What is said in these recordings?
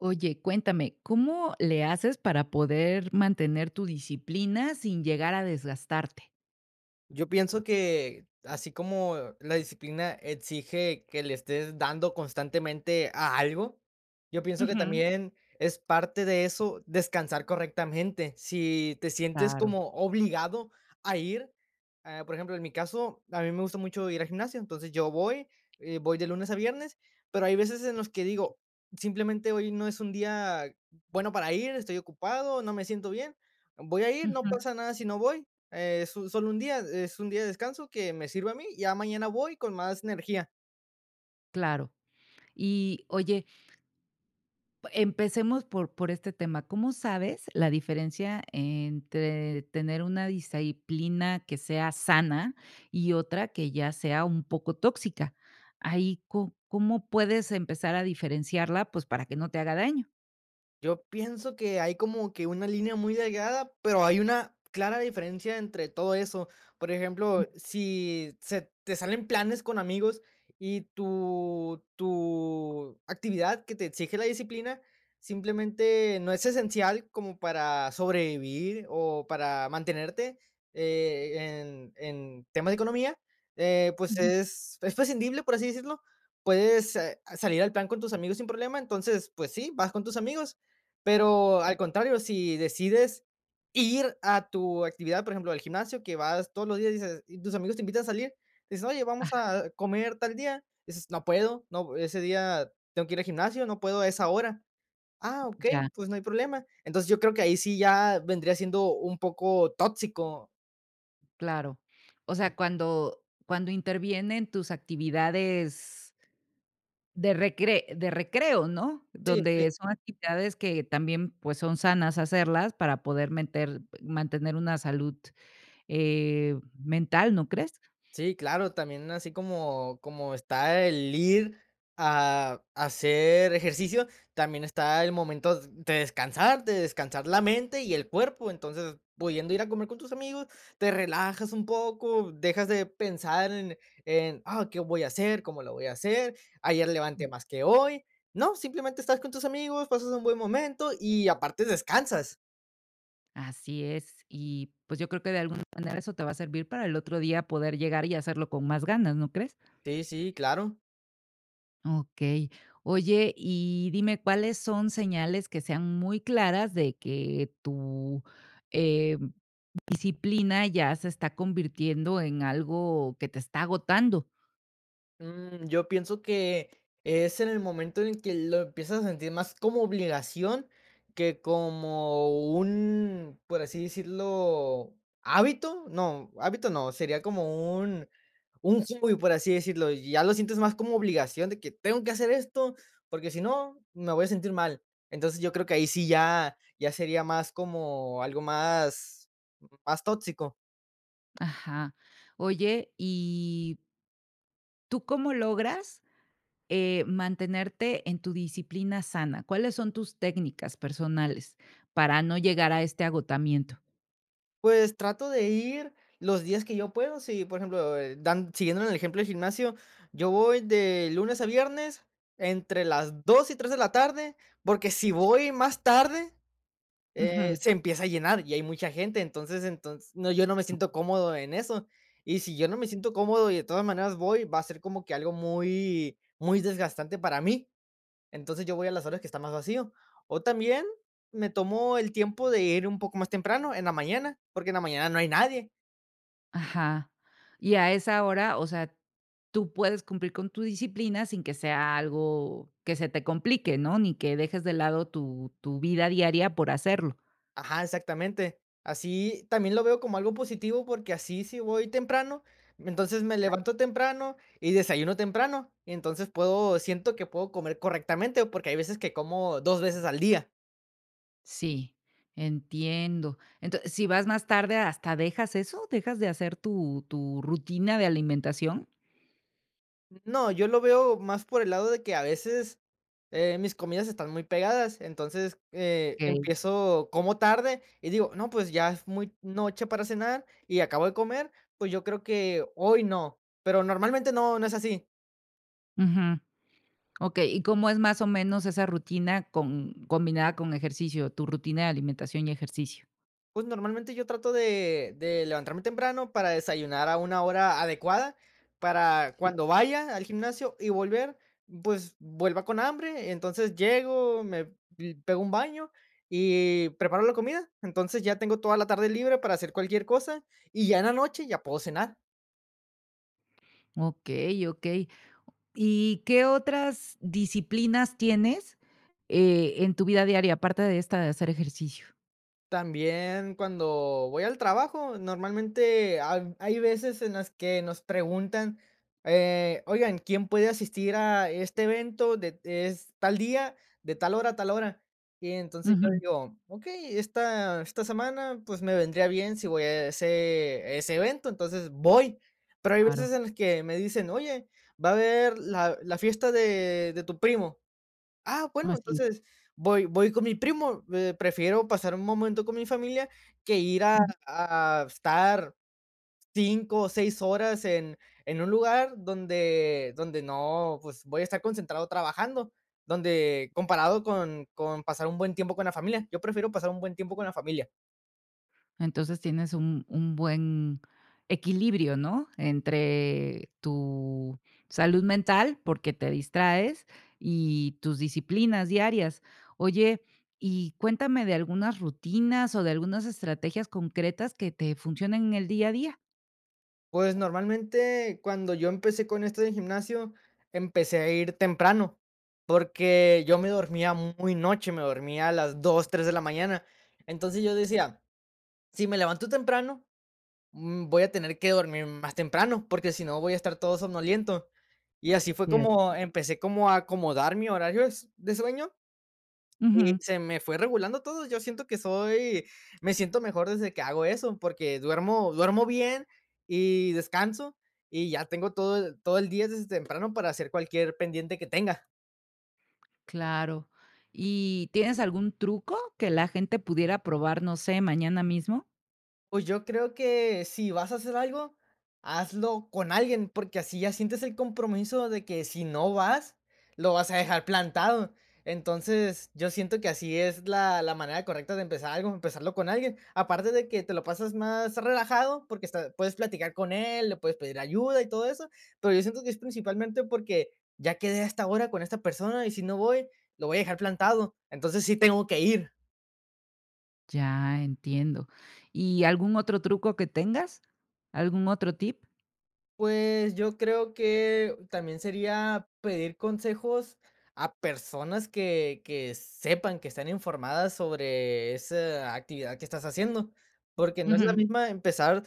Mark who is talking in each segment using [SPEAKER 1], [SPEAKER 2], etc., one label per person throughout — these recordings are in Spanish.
[SPEAKER 1] Oye, cuéntame, ¿cómo le haces para poder mantener tu disciplina sin llegar a desgastarte?
[SPEAKER 2] Yo pienso que así como la disciplina exige que le estés dando constantemente a algo, yo pienso que, Ujú,
[SPEAKER 1] Ujú.
[SPEAKER 2] también es parte de eso descansar correctamente. Si te sientes
[SPEAKER 1] Claro,
[SPEAKER 2] como obligado a ir, por ejemplo, en mi caso, a mí me gusta mucho ir al gimnasio, entonces yo voy de lunes a viernes, pero hay veces en los que digo, simplemente hoy no es un día bueno para ir, estoy ocupado, no me siento bien, voy a ir,
[SPEAKER 1] ujú,
[SPEAKER 2] no pasa nada si no voy. Es un solo un día, es un día de descanso que me sirve a mí, ya mañana voy con más energía.
[SPEAKER 1] claro. Y oye, empecemos por este tema. ¿Cómo sabes la diferencia entre tener una disciplina que sea sana y otra que ya sea un poco tóxica? Ahí, ¿cómo puedes empezar a diferenciarla? Pues para que no te haga daño.
[SPEAKER 2] Yo pienso que hay como que una línea muy delgada, pero hay una clara diferencia entre todo eso. Por ejemplo, si se te salen planes con amigos y tu actividad que te exige la disciplina simplemente no es esencial como para sobrevivir o para mantenerte eh, en temas de economía, pues
[SPEAKER 1] Ujú.
[SPEAKER 2] es prescindible, por así decirlo. Puedes salir al plan con tus amigos sin problema, entonces pues sí, vas con tus amigos, pero al contrario, si decides ir a tu actividad, por ejemplo, al gimnasio, que vas todos los días, dices y tus amigos te invitan a salir, dices: "Oye,
[SPEAKER 1] Ah,
[SPEAKER 2] vamos a comer tal día", dices: "No puedo, no, ese día tengo que ir al gimnasio, no puedo a esa hora". "Ah,
[SPEAKER 1] ya.
[SPEAKER 2] okey, pues no hay problema". Entonces, yo creo que ahí sí ya vendría siendo un poco tóxico.
[SPEAKER 1] Claro. O sea, cuando intervienen tus actividades de recreo, ¿no?
[SPEAKER 2] Sí, sí.
[SPEAKER 1] Donde son actividades que también, pues, son sanas hacerlas para poder meter mantener una salud, mental, ¿no crees?
[SPEAKER 2] Sí, claro, también así como está el ir a hacer ejercicio, también está el momento de descansar la mente y el cuerpo. Entonces, pudiendo ir a comer con tus amigos, te relajas un poco, dejas de pensar ¿qué voy a hacer? ¿Cómo lo voy a hacer? Ayer levanté más que hoy. No, simplemente estás con tus amigos, pasas un buen momento y aparte descansas.
[SPEAKER 1] Así es. Y, pues, yo creo que de alguna manera eso te va a servir para el otro día poder llegar y hacerlo con más ganas, ¿no crees?
[SPEAKER 2] Sí, sí, claro.
[SPEAKER 1] Okey. Oye, y dime, ¿cuáles son señales que sean muy claras de que tu, eh disciplina ya se está convirtiendo en algo que te está agotando?
[SPEAKER 2] Yo pienso que es en el momento en el que lo empiezas a sentir más como obligación que como un, por así decirlo, hábito. No, hábito no, sería como un hobby, por así decirlo. Y ya lo sientes más como obligación de que tengo que hacer esto, porque si no, me voy a sentir mal. Entonces yo creo que ahí sí ya, sería más como algo más tóxico.
[SPEAKER 1] Ajá. Oye, ¿y tú cómo logras, mantenerte en tu disciplina sana? ¿Cuáles son tus técnicas personales para no llegar a este agotamiento?
[SPEAKER 2] Pues trato de ir los días que yo puedo. Si, por ejemplo, dan siguiendo en el ejemplo del gimnasio, yo voy de lunes a viernes entre las 2 y 3 de la tarde, porque si voy más tarde,
[SPEAKER 1] Ujú.
[SPEAKER 2] se empieza a llenar y hay mucha gente, entonces no, yo no me siento cómodo en eso. Y si yo no me siento cómodo y de todas maneras voy, va a ser como que algo muy muy desgastante para mí. Entonces, yo voy a las horas que está más vacío. O también me tomo el tiempo de ir un poco más temprano, en la mañana, porque en la mañana no hay nadie.
[SPEAKER 1] Ajá. Y a esa hora, o sea, tú puedes cumplir con tu disciplina sin que sea algo que se te complique, ¿no? Ni que dejes de lado tu vida diaria por hacerlo.
[SPEAKER 2] Ajá, exactamente. Así también lo veo como algo positivo, porque así si voy temprano, entonces me levanto temprano y desayuno temprano, y entonces puedo siento que puedo comer correctamente, porque hay veces que como 2 veces al día.
[SPEAKER 1] Sí, entiendo. Entonces, si vas más tarde, ¿hasta dejas eso? ¿Dejas de hacer tu rutina de alimentación?
[SPEAKER 2] No, yo lo veo más por el lado de que a veces, mis comidas están muy pegadas, entonces,
[SPEAKER 1] Okey.
[SPEAKER 2] empiezo como tarde y digo: "No, pues ya es muy noche para cenar y acabo de comer, pues yo creo que hoy no", pero normalmente no, no es así.
[SPEAKER 1] Ujú. Okey, ¿y cómo es más o menos esa rutina con combinada con ejercicio, tu rutina de alimentación y ejercicio?
[SPEAKER 2] Pues, normalmente yo trato de levantarme temprano para desayunar a una hora adecuada, para
[SPEAKER 1] Sí.
[SPEAKER 2] cuando vaya al gimnasio y volver, pues, vuelva con hambre. Entonces, llego, me y pego un baño y preparo la comida. Entonces, ya tengo toda la tarde libre para hacer cualquier cosa, y ya en la noche ya puedo cenar.
[SPEAKER 1] Okey, okey. ¿Y qué otras disciplinas tienes, en tu vida diaria, aparte de esta de hacer ejercicio?
[SPEAKER 2] También cuando voy al trabajo, normalmente hay veces en las que nos preguntan, oigan, ¿quién puede asistir a este evento de es tal día, de tal hora a tal hora? Y entonces yo
[SPEAKER 1] Ujú,
[SPEAKER 2] digo, ok, esta semana pues me vendría bien si voy a ese evento, entonces voy. Pero hay
[SPEAKER 1] claro.
[SPEAKER 2] veces en las que me dicen, oye, va a haber la fiesta de tu primo. Ah, bueno,
[SPEAKER 1] Así.
[SPEAKER 2] entonces voy con mi primo, prefiero pasar un momento con mi familia que ir a estar 5, o 6 horas en un lugar donde no, pues, voy a estar concentrado trabajando, donde comparado con pasar un buen tiempo con la familia. Yo prefiero pasar un buen tiempo con la familia.
[SPEAKER 1] Entonces tienes un buen equilibrio, ¿no? Entre tu salud mental, porque te distraes, y tus disciplinas diarias. Oye, y cuéntame de algunas rutinas o de algunas estrategias concretas que te funcionen en el día a día.
[SPEAKER 2] Pues, normalmente, cuando yo empecé con esto del gimnasio, empecé a ir temprano, porque yo me dormía muy noche, me dormía a las 2 3 de la mañana. Entonces, yo decía: "Si me levanto temprano, voy a tener que dormir más temprano, porque si no voy a estar todo somnoliento". Y así fue
[SPEAKER 1] Cierto.
[SPEAKER 2] como empecé como a acomodar mi horario de sueño y
[SPEAKER 1] Ujú,
[SPEAKER 2] se me fue regulando todo. Yo siento que soy me siento mejor desde que hago eso, porque duermo bien y descanso, y ya tengo todo el día desde temprano para hacer cualquier pendiente que tenga.
[SPEAKER 1] claro. ¿Y tienes algún truco que la gente pudiera probar, no sé, mañana mismo?
[SPEAKER 2] Pues yo creo que si vas a hacer algo, hazlo con alguien, porque así ya sientes el compromiso de que si no vas, lo vas a dejar plantado. Entonces, yo siento que así es la manera correcta de empezar algo, empezarlo con alguien. Aparte de que te lo pasas más relajado, porque puedes platicar con él, le puedes pedir ayuda y todo eso, pero yo siento que es principalmente porque ya quedé hasta ahora con esta persona y si no voy, lo voy a dejar plantado. Entonces sí tengo que ir.
[SPEAKER 1] Ya, entiendo. ¿Y algún otro truco que tengas? ¿Algún otro tip?
[SPEAKER 2] Pues, yo creo que también sería pedir consejos a personas que sepan, que están informadas sobre esa actividad que estás haciendo, porque no es la
[SPEAKER 1] Ujú,
[SPEAKER 2] misma empezar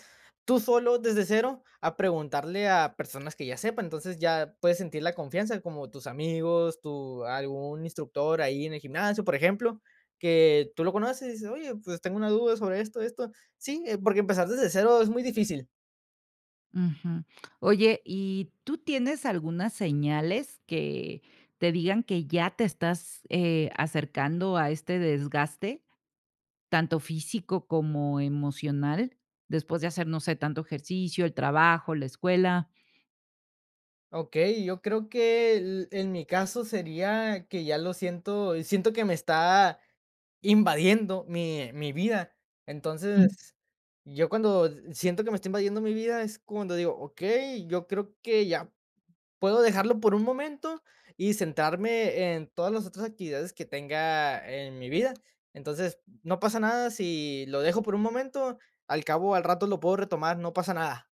[SPEAKER 2] tú solo desde cero a preguntarle a personas que ya sepan, entonces ya puedes sentir la confianza, como tus amigos, tu algún instructor ahí en el gimnasio, por ejemplo, que tú lo conoces y dices: "Oye, pues tengo una duda sobre esto, esto". Sí, porque empezar desde cero es muy difícil.
[SPEAKER 1] ujú. Oye, ¿y tú tienes algunas señales que te digan que ya te estás, acercando a este desgaste, tanto físico como emocional? Después de hacer, no sé, tanto ejercicio, el trabajo, la escuela.
[SPEAKER 2] Okey, yo creo que el en mi caso sería que ya lo siento que me está invadiendo mi vida.
[SPEAKER 1] Mm.
[SPEAKER 2] Entonces, yo cuando siento que me está invadiendo mi vida es cuando digo: "Okey, yo creo que ya puedo dejarlo por un momento y centrarme en todas las otras actividades que tenga en mi vida". Entonces, no pasa nada si lo dejo por un momento, al cabo al rato lo puedo retomar, no pasa nada.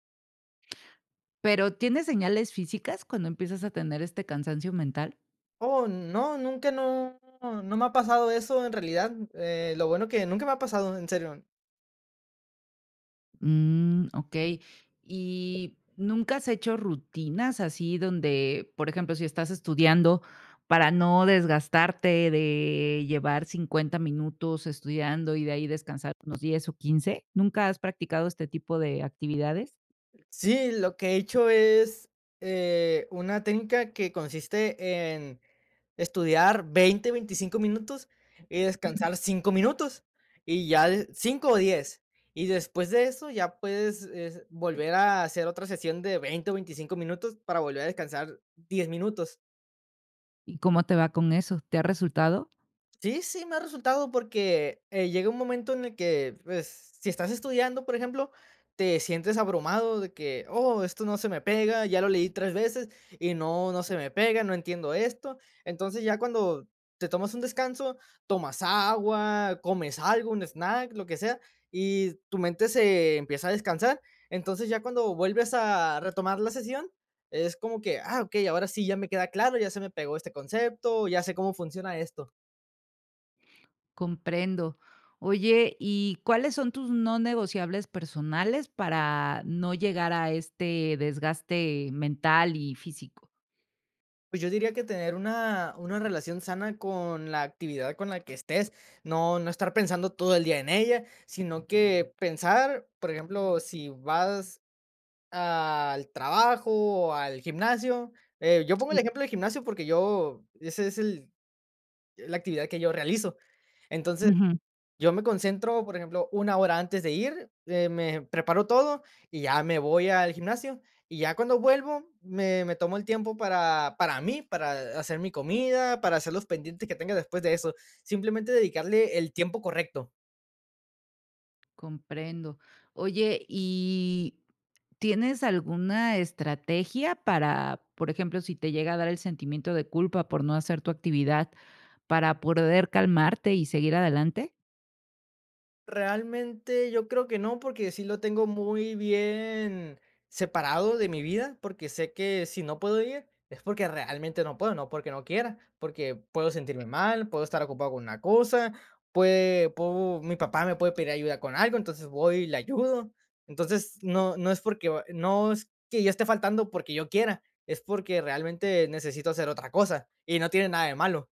[SPEAKER 1] Pero, ¿tienes señales físicas cuando empiezas a tener este cansancio mental?
[SPEAKER 2] Oh, no, nunca no me ha pasado eso en realidad, lo bueno que nunca me ha pasado, en serio.
[SPEAKER 1] Mm, okey. ¿Y nunca has hecho rutinas así donde, por ejemplo, si estás estudiando, para no desgastarte de llevar 50 minutos estudiando y de ahí descansar unos 10 o 15? ¿Nunca has practicado este tipo de actividades?
[SPEAKER 2] Sí, lo que he hecho es, una técnica que consiste en estudiar 20 25 minutos y
[SPEAKER 1] Ujú.
[SPEAKER 2] descansar 5 minutos, y ya cinco o 10 y después de eso ya es volver a hacer otra sesión de 20 o 25 minutos para volver a descansar 10 minutos.
[SPEAKER 1] ¿Y cómo te va con eso? ¿Te ha resultado?
[SPEAKER 2] Sí, sí, me ha resultado porque, llega un momento en el que, pues, si estás estudiando, por ejemplo, te sientes abrumado de que: "Oh, esto no se me pega, ya lo leí 3 veces y no, no se me pega, no entiendo esto". Entonces, ya cuando te tomas un descanso, tomas agua, comes algo, un snack, lo que sea, y tu mente se empieza a descansar. Entonces, ya cuando vuelves a retomar la sesión, es como que: "Ah, okey, ahora sí ya me queda claro, ya se me pegó este concepto, ya sé cómo funciona esto".
[SPEAKER 1] Comprendo. Oye, ¿y cuáles son tus no negociables personales para no llegar a este desgaste mental y físico?
[SPEAKER 2] Pues yo diría que tener una relación sana con la actividad con la que estés, no, no estar pensando todo el día en ella, sino que pensar, por ejemplo, si vas al trabajo o al gimnasio, yo pongo el
[SPEAKER 1] Sí.
[SPEAKER 2] ejemplo del gimnasio porque yo, esa es la actividad que yo realizo. Entonces, yo me concentro, por ejemplo, una hora antes de ir, me preparo todo y ya me voy al gimnasio, y ya cuando vuelvo me tomo el tiempo para mí, para hacer mi comida, para hacer los pendientes que tenga después de eso. Simplemente dedicarle el tiempo correcto.
[SPEAKER 1] Comprendo. Oye, ¿y tienes alguna estrategia para, por ejemplo, si te llega a dar el sentimiento de culpa por no hacer tu actividad, para poder calmarte y seguir adelante?
[SPEAKER 2] Realmente yo creo que no, porque sí lo tengo muy bien separado de mi vida, porque sé que si no puedo ir es porque realmente no puedo, no porque no quiera, porque puedo sentirme mal, puedo estar ocupado con una cosa, mi papá me puede pedir ayuda con algo, entonces voy y le ayudo. Entonces no, no es porque no es que yo esté faltando porque yo quiera, es porque realmente necesito hacer otra cosa y no tiene nada de malo.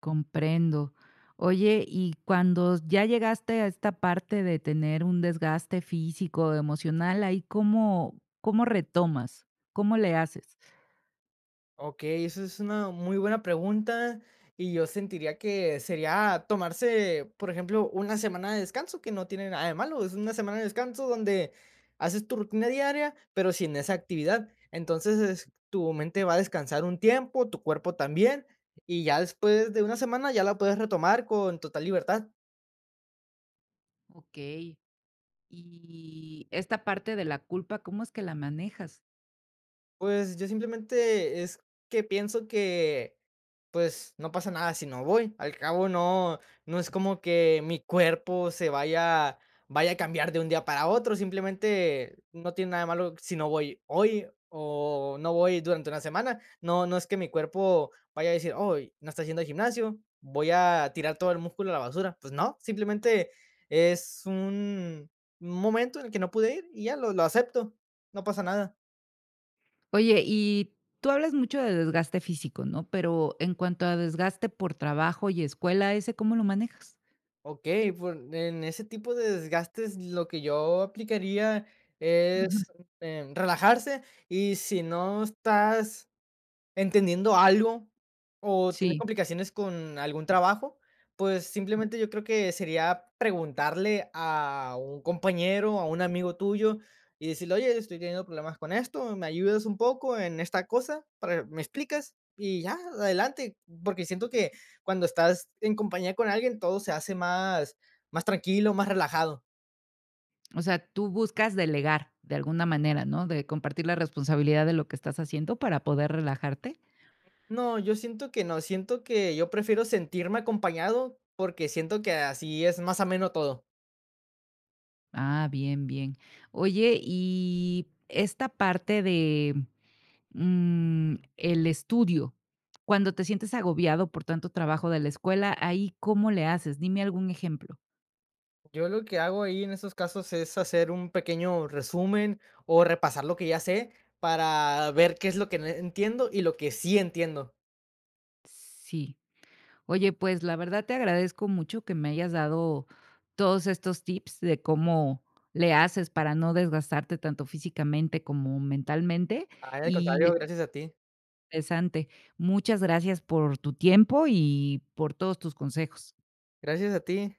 [SPEAKER 1] Comprendo. Oye, y cuando ya llegaste a esta parte de tener un desgaste físico, emocional, ahí cómo, ¿cómo retomas, cómo le haces?
[SPEAKER 2] Ok, eso es una muy buena pregunta y yo sentiría que sería tomarse, por ejemplo, una semana de descanso, que no tiene nada de malo, es una semana de descanso donde haces tu rutina diaria, pero sin esa actividad. Entonces tu mente va a descansar un tiempo, tu cuerpo también, y ya después de una semana ya la puedes retomar con total libertad.
[SPEAKER 1] Ok. Y esta parte de la culpa, ¿cómo es que la manejas?
[SPEAKER 2] Pues, yo simplemente es que pienso que, pues, no pasa nada si no voy. Al cabo no es como que mi cuerpo se vaya a cambiar de un día para otro, simplemente no tiene nada de malo si no voy hoy o no voy durante una semana. No es que mi cuerpo vaya a decir: "Oy, no está haciendo gimnasio, voy a tirar todo el músculo a la basura". Pues no, simplemente es un momento en el que no pude ir y ya lo acepto, no pasa nada.
[SPEAKER 1] Oye, y tú hablas mucho de desgaste físico, ¿no? Pero en cuanto a desgaste por trabajo y escuela, ¿ese cómo lo manejas?
[SPEAKER 2] Ok, por en ese tipo de desgastes lo que yo aplicaría
[SPEAKER 1] Ujú.
[SPEAKER 2] es relajarse y si no estás entendiendo algo o tiene
[SPEAKER 1] Sí,
[SPEAKER 2] complicaciones con algún trabajo, pues simplemente yo creo que sería preguntarle a un compañero, a un amigo tuyo y decirle, oye, estoy teniendo problemas con esto, me ayudas un poco en esta cosa, para, me explicas y ya, adelante, porque siento que cuando estás en compañía con alguien todo se hace más tranquilo, más relajado.
[SPEAKER 1] o sea, tú buscas delegar de alguna manera, ¿no? De compartir la responsabilidad de lo que estás haciendo para poder relajarte.
[SPEAKER 2] No, yo siento que no, siento que yo prefiero sentirme acompañado porque siento que así es más ameno todo.
[SPEAKER 1] Ah, bien, bien. Oye, y esta parte de el estudio, cuando te sientes agobiado por tanto trabajo de la escuela, ahí, ¿cómo le haces? Dime algún ejemplo.
[SPEAKER 2] Yo lo que hago ahí en esos casos es hacer un pequeño resumen o repasar lo que ya sé para ver qué es lo que no entiendo y lo que sí entiendo.
[SPEAKER 1] Sí. Oye, pues la verdad te agradezco mucho que me hayas dado todos estos tips de cómo le haces para no desgastarte tanto físicamente como mentalmente,
[SPEAKER 2] Ay, al
[SPEAKER 1] y
[SPEAKER 2] contrario,
[SPEAKER 1] es
[SPEAKER 2] gracias a ti.
[SPEAKER 1] interesante. Muchas gracias por tu tiempo y por todos tus consejos.
[SPEAKER 2] Gracias a ti.